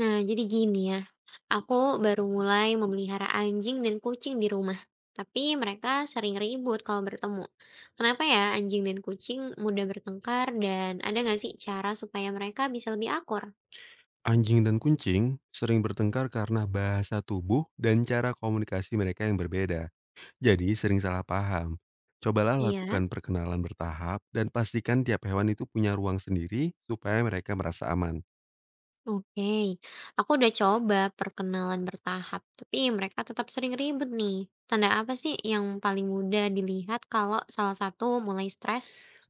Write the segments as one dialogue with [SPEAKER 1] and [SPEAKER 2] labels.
[SPEAKER 1] Nah, jadi gini ya, aku baru mulai memelihara anjing dan kucing di rumah. Tapi mereka sering ribut kalau bertemu. Kenapa ya anjing dan kucing mudah bertengkar dan ada nggak sih cara supaya mereka bisa lebih akur?
[SPEAKER 2] Anjing dan kucing sering bertengkar karena bahasa tubuh dan cara komunikasi mereka yang berbeda. Jadi sering salah paham. Cobalah
[SPEAKER 1] Iya,
[SPEAKER 2] lakukan perkenalan bertahap dan pastikan tiap hewan itu punya ruang sendiri supaya mereka merasa aman.
[SPEAKER 1] oke. Aku udah coba perkenalan bertahap, tapi mereka tetap sering ribut nih. Tanda apa sih yang paling mudah dilihat kalau salah satu mulai stres?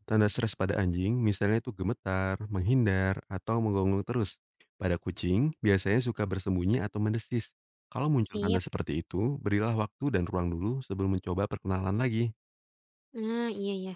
[SPEAKER 2] Tanda stres pada anjing misalnya itu gemetar, menghindar, atau menggonggong terus. Pada kucing biasanya suka bersembunyi atau mendesis. Kalau muncul tanda
[SPEAKER 1] Sip.
[SPEAKER 2] seperti itu, berilah waktu dan ruang dulu sebelum mencoba perkenalan lagi.
[SPEAKER 1] Nah, iya ya.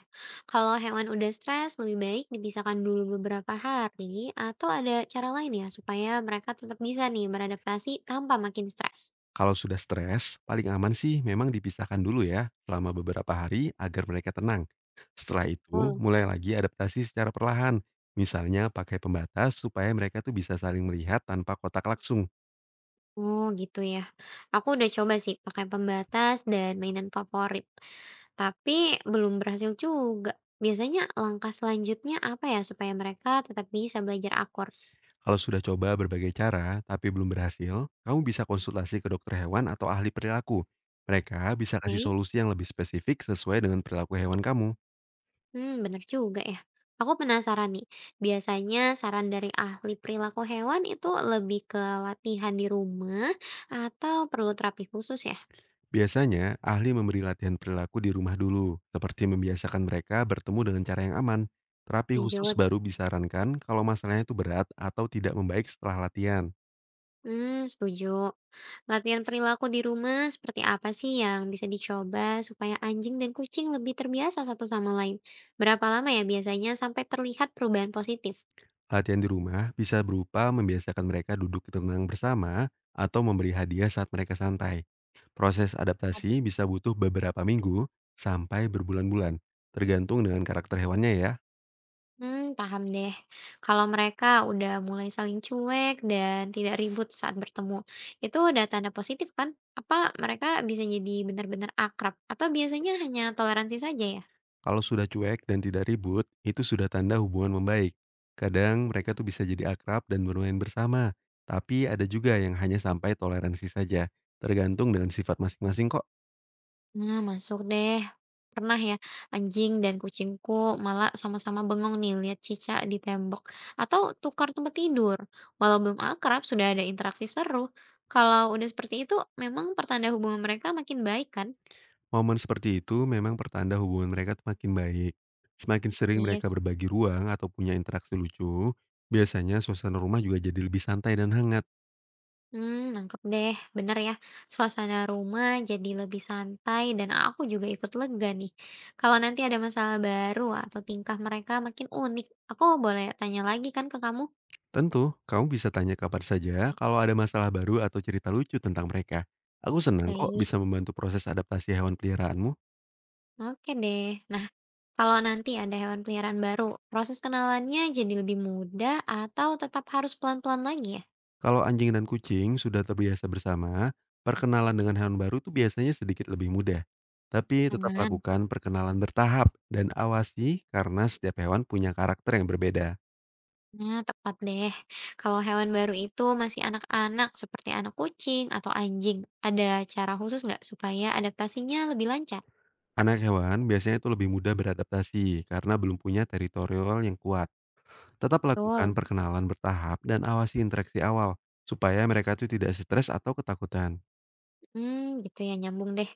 [SPEAKER 1] Kalau hewan udah stres, lebih baik dipisahkan dulu beberapa hari atau ada cara lain ya supaya mereka tetap bisa nih beradaptasi tanpa makin stres.
[SPEAKER 2] Kalau sudah stres, paling aman sih memang dipisahkan dulu ya, selama beberapa hari agar mereka tenang. Setelah itu,
[SPEAKER 1] Oh,
[SPEAKER 2] mulai lagi adaptasi secara perlahan. Misalnya pakai pembatas supaya mereka tuh bisa saling melihat tanpa kotak langsung.
[SPEAKER 1] oh gitu ya. Aku udah coba sih pakai pembatas dan mainan favorit, tapi belum berhasil juga. Biasanya langkah selanjutnya apa ya supaya mereka tetap bisa belajar akur?
[SPEAKER 2] Kalau sudah coba berbagai cara tapi belum berhasil, kamu bisa konsultasi ke dokter hewan atau ahli perilaku. Mereka bisa kasih
[SPEAKER 1] Oke.
[SPEAKER 2] solusi yang lebih spesifik sesuai dengan perilaku hewan kamu.
[SPEAKER 1] Hmm, bener juga ya. Aku penasaran nih, biasanya saran dari ahli perilaku hewan itu lebih ke latihan di rumah atau perlu terapi khusus ya?
[SPEAKER 2] Biasanya, ahli memberi latihan perilaku di rumah dulu, seperti membiasakan mereka bertemu dengan cara yang aman. Terapi khusus
[SPEAKER 1] Lanjut.
[SPEAKER 2] baru disarankan kalau masalahnya itu berat atau tidak membaik setelah latihan.
[SPEAKER 1] Hmm, setuju. Latihan perilaku di rumah seperti apa sih yang bisa dicoba supaya anjing dan kucing lebih terbiasa satu sama lain? Berapa lama ya biasanya sampai terlihat perubahan positif?
[SPEAKER 2] Latihan di rumah bisa berupa membiasakan mereka duduk tenang bersama atau memberi hadiah saat mereka santai. Proses adaptasi bisa butuh beberapa minggu sampai berbulan-bulan, tergantung dengan karakter hewannya ya.
[SPEAKER 1] Hmm, paham deh. Kalau mereka udah mulai saling cuek dan tidak ribut saat bertemu, itu udah tanda positif kan? Apa mereka bisa jadi benar-benar akrab atau biasanya hanya toleransi saja ya?
[SPEAKER 2] Kalau sudah cuek dan tidak ribut, itu sudah tanda hubungan membaik. Kadang mereka tuh bisa jadi akrab dan bermain bersama, tapi ada juga yang hanya sampai toleransi saja, tergantung dengan sifat masing-masing kok.
[SPEAKER 1] Nah, masuk deh. Pernah ya, anjing dan kucingku malah sama-sama bengong nih lihat cicak di tembok atau tukar tempat tidur. Walau belum akrab, sudah ada interaksi seru. Kalau udah seperti itu, memang pertanda hubungan mereka makin baik kan?
[SPEAKER 2] Momen seperti itu memang pertanda hubungan mereka tuh makin baik. Semakin sering mereka
[SPEAKER 1] Yes.
[SPEAKER 2] berbagi ruang atau punya interaksi lucu, biasanya suasana rumah juga jadi lebih santai dan hangat.
[SPEAKER 1] Hmm, nangkep deh, bener ya, suasana rumah jadi lebih santai dan aku juga ikut lega nih. Kalau nanti ada masalah baru atau tingkah mereka makin unik, aku boleh tanya lagi kan ke kamu?
[SPEAKER 2] Tentu, kamu bisa tanya kabar saja kalau ada masalah baru atau cerita lucu tentang mereka. Aku senang kok
[SPEAKER 1] Baik,
[SPEAKER 2] bisa membantu proses adaptasi hewan peliharaanmu.
[SPEAKER 1] oke deh. Nah, kalau nanti ada hewan peliharaan baru, proses kenalannya jadi lebih mudah atau tetap harus pelan-pelan lagi ya?
[SPEAKER 2] Kalau anjing dan kucing sudah terbiasa bersama, perkenalan dengan hewan baru itu biasanya sedikit lebih mudah. Tapi tetap
[SPEAKER 1] Aman.
[SPEAKER 2] lakukan perkenalan bertahap dan awasi karena setiap hewan punya karakter yang berbeda.
[SPEAKER 1] Nah, tepat deh. Kalau hewan baru itu masih anak-anak seperti anak kucing atau anjing, ada cara khusus nggak supaya adaptasinya lebih lancar?
[SPEAKER 2] Anak hewan biasanya itu lebih mudah beradaptasi karena belum punya teritorial yang kuat. Tetap lakukan
[SPEAKER 1] Betul.
[SPEAKER 2] perkenalan bertahap dan awasi interaksi awal supaya mereka itu tidak stres atau ketakutan.
[SPEAKER 1] Hmm, gitu ya, nyambung deh.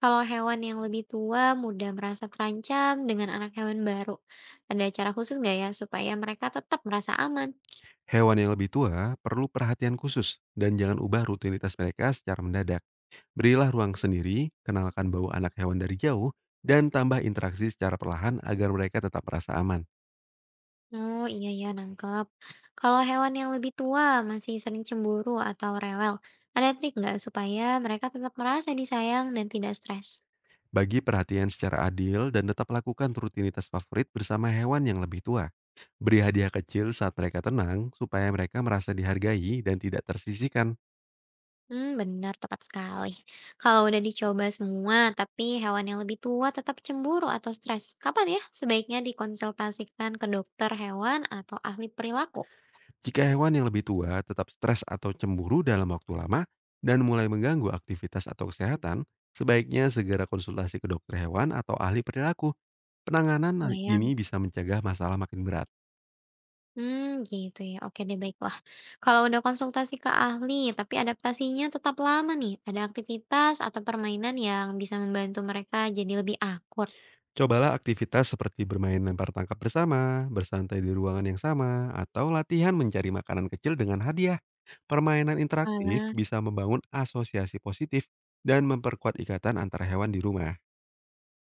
[SPEAKER 1] Kalau hewan yang lebih tua mudah merasa terancam dengan anak hewan baru, ada cara khusus nggak ya supaya mereka tetap merasa aman?
[SPEAKER 2] Hewan yang lebih tua perlu perhatian khusus dan jangan ubah rutinitas mereka secara mendadak. Berilah ruang sendiri, kenalkan bau anak hewan dari jauh, dan tambah interaksi secara perlahan agar mereka tetap merasa aman.
[SPEAKER 1] Oh iya ya, nangkep. Kalau hewan yang lebih tua masih sering cemburu atau rewel, ada trik nggak supaya mereka tetap merasa disayang dan tidak stres?
[SPEAKER 2] Bagi perhatian secara adil dan tetap lakukan rutinitas favorit bersama hewan yang lebih tua. Beri hadiah kecil saat mereka tenang supaya mereka merasa dihargai dan tidak tersisihkan.
[SPEAKER 1] Hmm, benar, tepat sekali. Kalau udah dicoba semua, tapi hewan yang lebih tua tetap cemburu atau stres, kapan ya sebaiknya dikonsultasikan ke dokter hewan atau ahli perilaku?
[SPEAKER 2] Jika hewan yang lebih tua tetap stres atau cemburu dalam waktu lama dan mulai mengganggu aktivitas atau kesehatan, sebaiknya segera konsultasi ke dokter hewan atau ahli perilaku. Penanganan
[SPEAKER 1] Bayang.
[SPEAKER 2] ini bisa mencegah masalah makin berat.
[SPEAKER 1] Hmm, gitu ya. Oke deh, baiklah. Kalau udah konsultasi ke ahli, tapi adaptasinya tetap lama nih, ada aktivitas atau permainan yang bisa membantu mereka jadi lebih akur?
[SPEAKER 2] Cobalah aktivitas seperti bermain lempar tangkap bersama, bersantai di ruangan yang sama, atau latihan mencari makanan kecil dengan hadiah. Permainan interaktif
[SPEAKER 1] Walah.
[SPEAKER 2] bisa membangun asosiasi positif dan memperkuat ikatan antara hewan di rumah.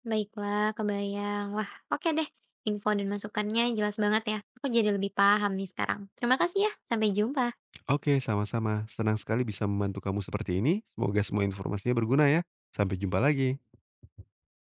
[SPEAKER 1] Baiklah, kebayang. Wah, oke deh. Info dan masukannya jelas banget ya. Aku jadi lebih paham nih sekarang. Terima kasih ya. Sampai jumpa.
[SPEAKER 2] Oke, sama-sama. Senang sekali bisa membantu kamu seperti ini. Semoga semua informasinya berguna ya. Sampai jumpa lagi.